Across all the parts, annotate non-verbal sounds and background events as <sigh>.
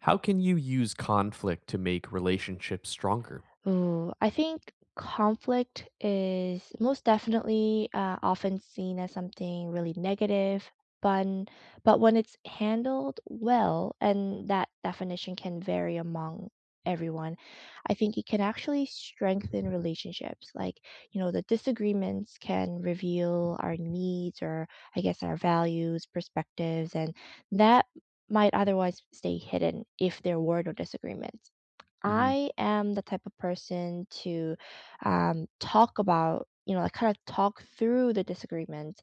How can you use conflict to make relationships stronger? Ooh, I think conflict is most definitely often seen as something really negative, fun, but when it's handled well, and that definition can vary among everyone, I think it can actually strengthen relationships. Like, you know, the disagreements can reveal our needs or, I guess, our values, perspectives, and that might otherwise stay hidden if there were no disagreements. Hmm. I am the type of person to talk about, you know, like kind of talk through the disagreement.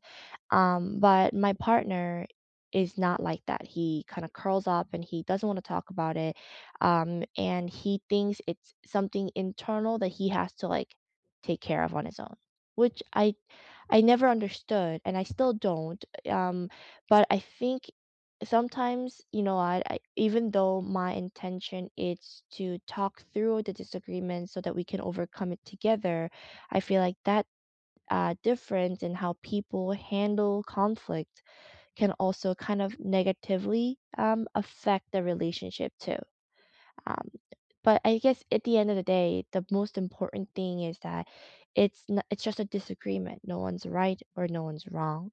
But my partner is not like that. He kind of curls up and he doesn't want to talk about it. And he thinks it's something internal that he has to like take care of on his own, which I never understood, and I still don't. Um, but I think sometimes, you know, I even though my intention is to talk through the disagreement so that we can overcome it together, I feel like that difference in how people handle conflict can also kind of negatively affect the relationship too. Um, but I guess at the end of the day, the most important thing is that it's just a disagreement. No one's right or no one's wrong.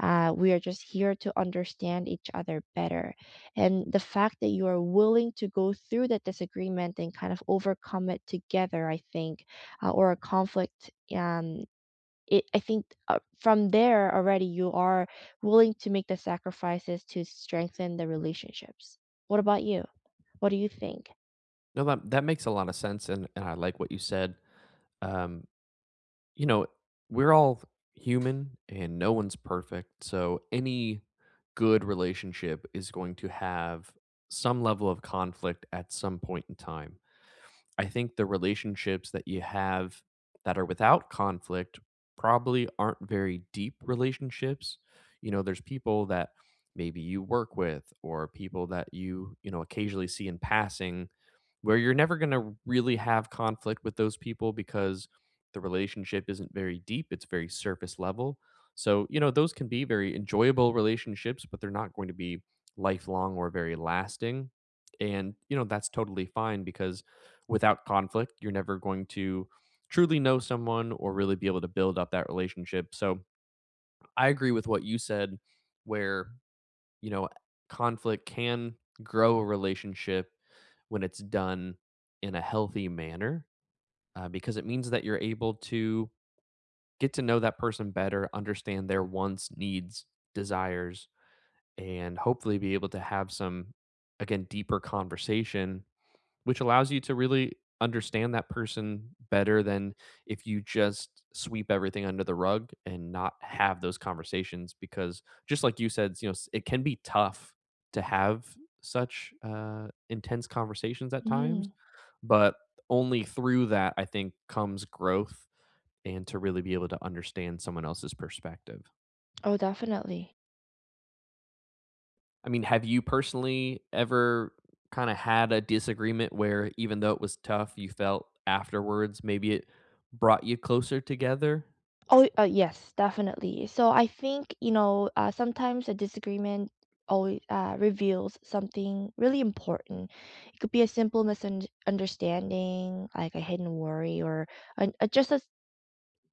We are just here to understand each other better. And the fact that you are willing to go through that disagreement and kind of overcome it together, I think, or a conflict, I think from there already you are willing to make the sacrifices to strengthen the relationships. What about you? What do you think? No, that makes a lot of sense, and I like what you said. Um, you know, we're all human, and no one's perfect. So any good relationship is going to have some level of conflict at some point in time. I think the relationships that you have that are without conflict probably aren't very deep relationships. You know, there's people that maybe you work with or people that you, occasionally see in passing where you're never going to really have conflict with those people because the relationship isn't very deep, it's very surface level. So, you know, those can be very enjoyable relationships, but they're not going to be lifelong or very lasting. And, you know, that's totally fine because without conflict, you're never going to truly know someone or really be able to build up that relationship. So I agree with what you said, where, you know, conflict can grow a relationship when it's done in a healthy manner, because it means that you're able to get to know that person better, understand their wants, needs, desires, and hopefully be able to have some, again, deeper conversation which allows you to really understand that person better than if you just sweep everything under the rug and not have those conversations because just like you said, it can be tough to have such intense conversations at times, but only through that I think comes growth and to really be able to understand someone else's perspective. Oh, definitely. I mean, have you personally ever kinda had a disagreement where even though it was tough, you felt afterwards maybe it brought you closer together? Oh, yes, definitely. So I think, you know, sometimes a disagreement always reveals something really important. It could be a simple misunderstanding, like a hidden worry, or just a s-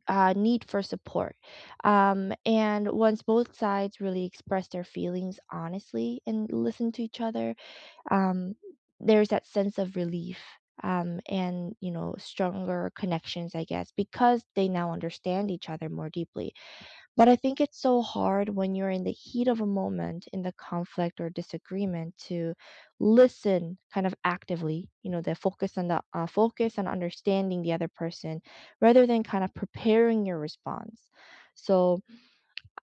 uh, need for support. And once both sides really express their feelings honestly and listen to each other, um, there's that sense of relief, and, you know, stronger connections, I guess, because they now understand each other more deeply. But I think it's so hard when you're in the heat of a moment in the conflict or disagreement to listen kind of actively, you know, the focus on understanding the other person rather than kind of preparing your response. So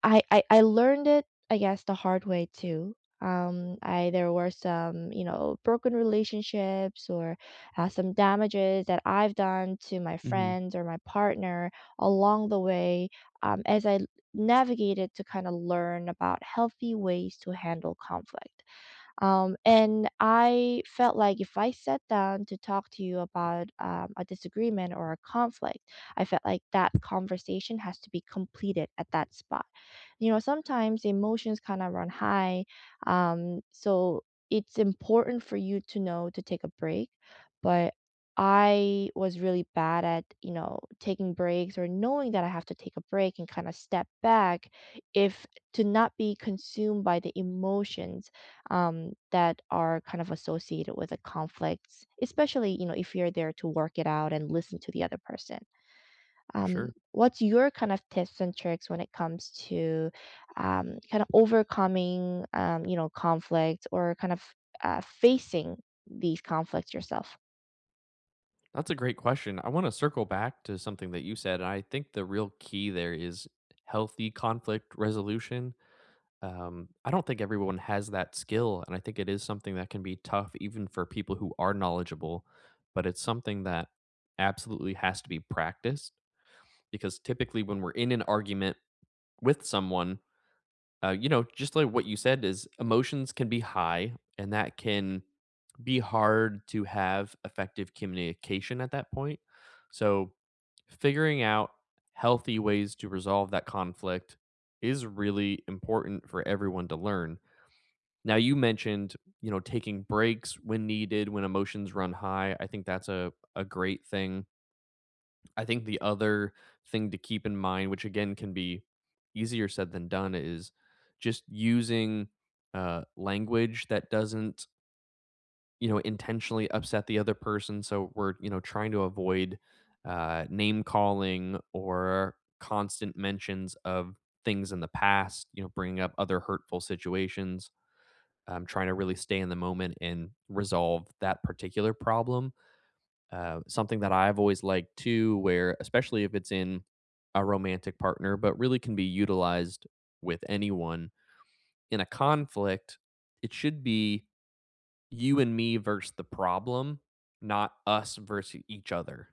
I learned it, I guess, the hard way too. I there were some, you know, broken relationships or some damages that I've done to my Mhm. friends or my partner along the way, as I navigated to kind of learn about healthy ways to handle conflict. And I felt like if I sat down to talk to you about a disagreement or a conflict, I felt like that conversation has to be completed at that spot. You know, sometimes emotions kind of run high. So it's important for you to know to take a break. But I was really bad at, you know, taking breaks or knowing that I have to take a break and kind of step back if to not be consumed by the emotions that are kind of associated with the conflicts, especially, you know, if you're there to work it out and listen to the other person. Um, Sure. what's your kind of tips and tricks when it comes to kind of overcoming you know, conflict or kind of facing these conflicts yourself? That's a great question. I wanna circle back to something that you said, and I think the real key there is healthy conflict resolution. I don't think everyone has that skill, and I think it is something that can be tough even for people who are knowledgeable, but it's something that absolutely has to be practiced because typically when we're in an argument with someone, you know, just like what you said is emotions can be high and that can be hard to have effective communication at that point. So figuring out healthy ways to resolve that conflict is really important for everyone to learn. Now you mentioned, you know, taking breaks when needed when emotions run high. I think that's a great thing. I think the other thing to keep in mind, which again can be easier said than done, is just using language that doesn't, you know, intentionally upset the other person. So we're, you know, trying to avoid name calling or constant mentions of things in the past, you know, bringing up other hurtful situations. I'm trying to really stay in the moment and resolve that particular problem. Something that I've always liked too, where especially if it's in a romantic partner, but really can be utilized with anyone in a conflict, it should be you and me versus the problem, not us versus each other.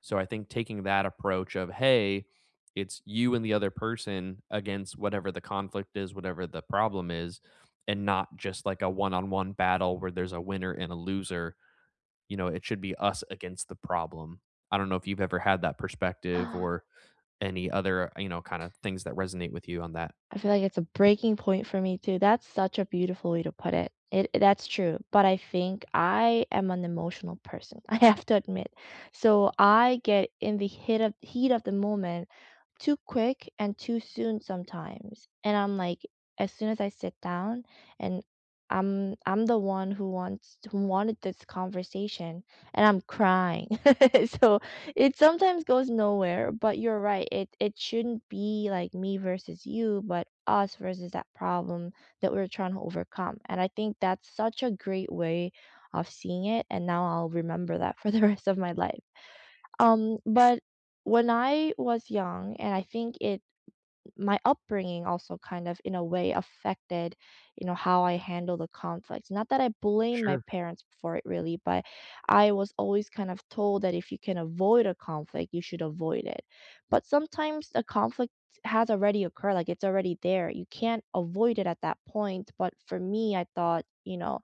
So I think taking that approach of, hey, it's you and the other person against whatever the conflict is, whatever the problem is, and not just like a one on one battle where there's a winner and a loser, you know, it should be us against the problem. I don't know if you've ever had that perspective <gasps> or any other, you know, kind of things that resonate with you on that. I feel like it's a breaking point for me too. That's such a beautiful way to put it. It that's true, but I think I am an emotional person. <laughs> I have to admit. So I get in the heat of the moment too quick and too soon sometimes. And I'm like, as soon as I sit down and I'm the one who wanted this conversation, and I'm crying. <laughs> So it sometimes goes nowhere, but you're right. It shouldn't be like me versus you, but us versus that problem that we're trying to overcome. And I think that's such a great way of seeing it, and now I'll remember that for the <laughs> rest of my life. But when I was young, and I think it my upbringing also kind of in a way affected, you know, how I handle the conflict, not that I blame my Sure. parents for it really, but I was always kind of told that if you can avoid a conflict, you should avoid it. But sometimes the conflict has already occurred. Like, it's already there, you can't avoid it at that point, but for me, I thought, you know,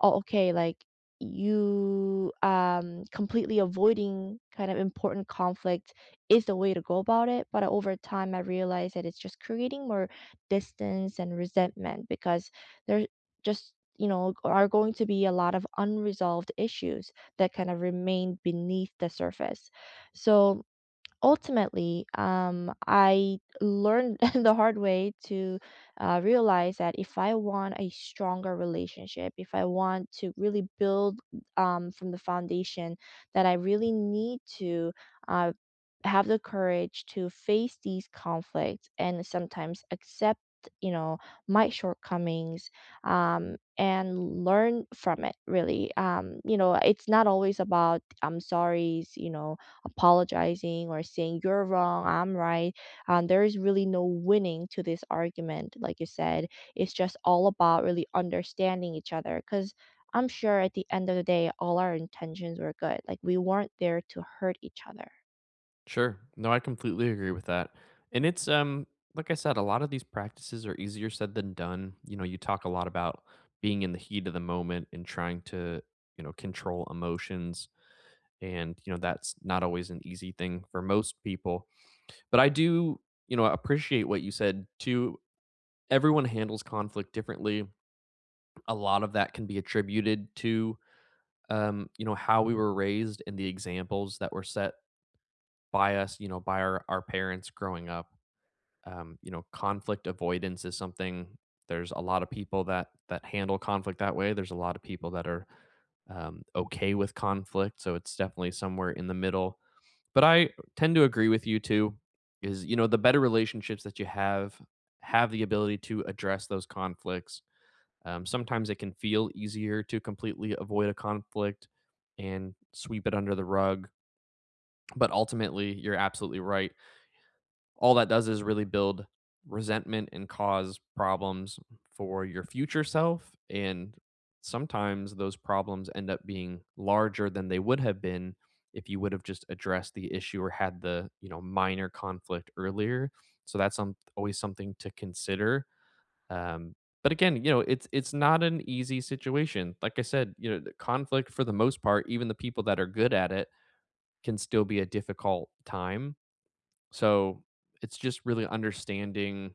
oh, okay, like you completely avoiding kind of important conflict is the way to go about it. But over time, I realized that it's just creating more distance and resentment because there just, you know, are going to be a lot of unresolved issues that kind of remain beneath the surface. So ultimately, I learned <laughs> the hard way to realize that if I want a stronger relationship, if I want to really build from the foundation, that I really need to uh, have the courage to face these conflicts and sometimes accept, you know, my shortcomings, and learn from it really. You know, it's not always about I'm sorries, you know, apologizing or saying you're wrong, I'm right. There is really no winning to this argument, like you said. It's just all about really understanding each other because I'm sure at the end of the day all our intentions were good. Like, we weren't there to hurt each other. Sure. No, I completely agree with that. And it's like I said, a lot of these practices are easier said than done. You know, you talk a lot about being in the heat of the moment and trying to, you know, control emotions and, you know, that's not always an easy thing for most people. But I do, you know, appreciate what you said too. Everyone handles conflict differently, a lot of that can be attributed to, you know, how we were raised and the examples that were set by us, you know, by our parents growing up. You know, conflict avoidance is something there's a lot of people that handle conflict that way. There's a lot of people that are okay with conflict. So it's definitely somewhere in the middle. But I tend to agree with you too. Is you know the better relationships that you have the ability to address those conflicts. Sometimes it can feel easier to completely avoid a conflict and sweep it under the rug. But ultimately, you're absolutely right. All that does is really build resentment and cause problems for your future self. And sometimes those problems end up being larger than they would have been if you would have just addressed the issue or had the you know minor conflict earlier, so that's some, always something to consider. um, but again, you know, it's not an easy situation. Like I said, you know, the conflict for the most part, even the people that are good at it can still be a difficult time. So it's just really understanding,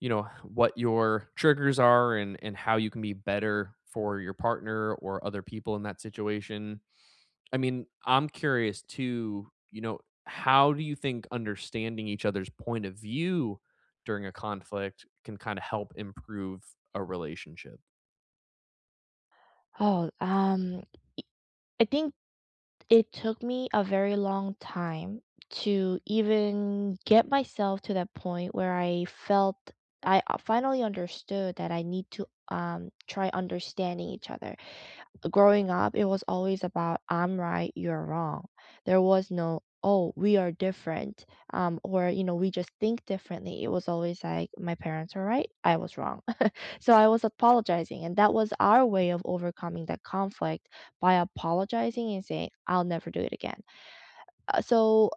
you know, what your triggers are and how you can be better for your partner or other people in that situation. I mean, I'm curious too, you know, how do you think understanding each other's point of view during a conflict can kind of help improve a relationship? Oh, I think it took me a very long time to even get myself to that point where I felt I finally understood that I need to try understanding each other. Growing up, it was always about I'm right, you're wrong. There was no oh, we are different, or, you know, we just think differently. It was always like my parents were right, I was wrong. So I was apologizing, and that was our way of overcoming that conflict by apologizing and saying, I'll never do it again. So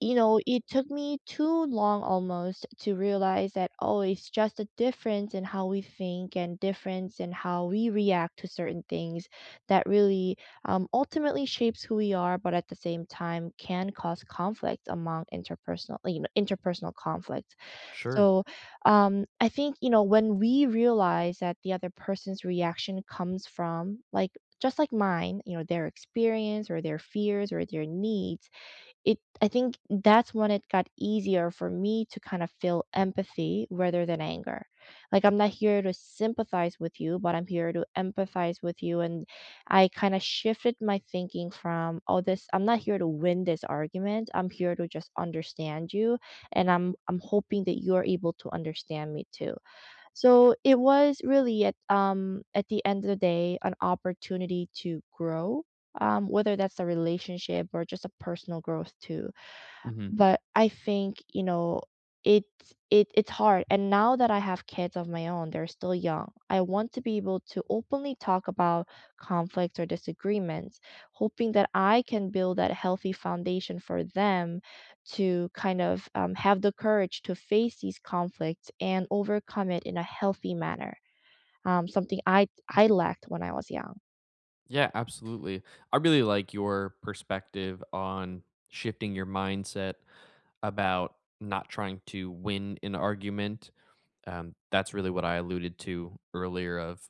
you know, it took me too long almost to realize that, oh, it's just a difference in how we think and difference in how we react to certain things that really ultimately shapes who we are, but at the same time can cause conflict among interpersonal, you know, interpersonal conflict. Sure. So I think, you know, when we realize that the other person's reaction comes from, like, just like mine, you know, their experience or their fears or their needs, it I think that's when it got easier for me to kind of feel empathy rather than anger. Like, I'm not here to sympathize with you, but I'm here to empathize with you. And I kind of shifted my thinking from oh this I'm not here to win this argument. I'm here to just understand you, and I'm hoping that you're able to understand me too. So it was really at the end of the day an opportunity to grow, whether that's a relationship or just a personal growth too. Hmm. But I think, you know, it it's hard, and now that I have kids of my own, they're still young. I want to be able to openly talk about conflicts or disagreements, hoping that I can build that healthy foundation for them to kind of have the courage to face these conflicts and overcome it in a healthy manner. Something I lacked when I was young. Yeah, absolutely. I really like your perspective on shifting your mindset about not trying to win an argument. That's really what I alluded to earlier of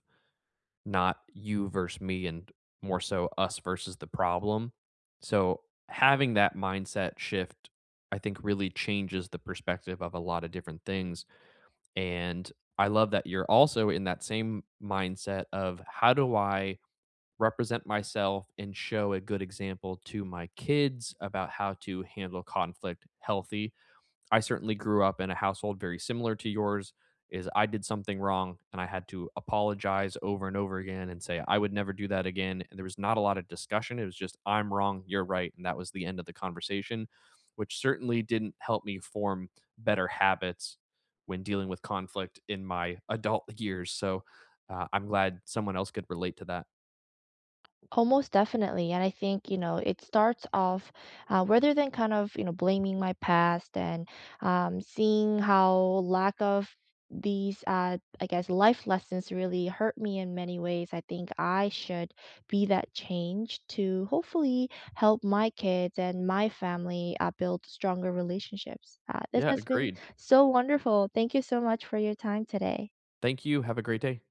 not you versus me and more so us versus the problem. So having that mindset shift, I think really changes the perspective of a lot of different things. And I love that you're also in that same mindset of how do I represent myself and show a good example to my kids about how to handle conflict healthy. I certainly grew up in a household very similar to yours is I did something wrong and I had to apologize over and over again and say I would never do that again. And there was not a lot of discussion. It was just I'm wrong, you're right, and that was the end of the conversation, which certainly didn't help me form better habits when dealing with conflict in my adult <laughs> years. So I'm glad someone else could relate to that. Almost definitely. And I think, you know, it starts off rather than kind of, you know, blaming my past and seeing how lack of these, I guess, life lessons really hurt me in many ways. I think I should be that change to hopefully help my kids and my family build stronger relationships. This Yeah, has been agreed. so wonderful. Thank you so much for your time today. Thank you. Have a great day.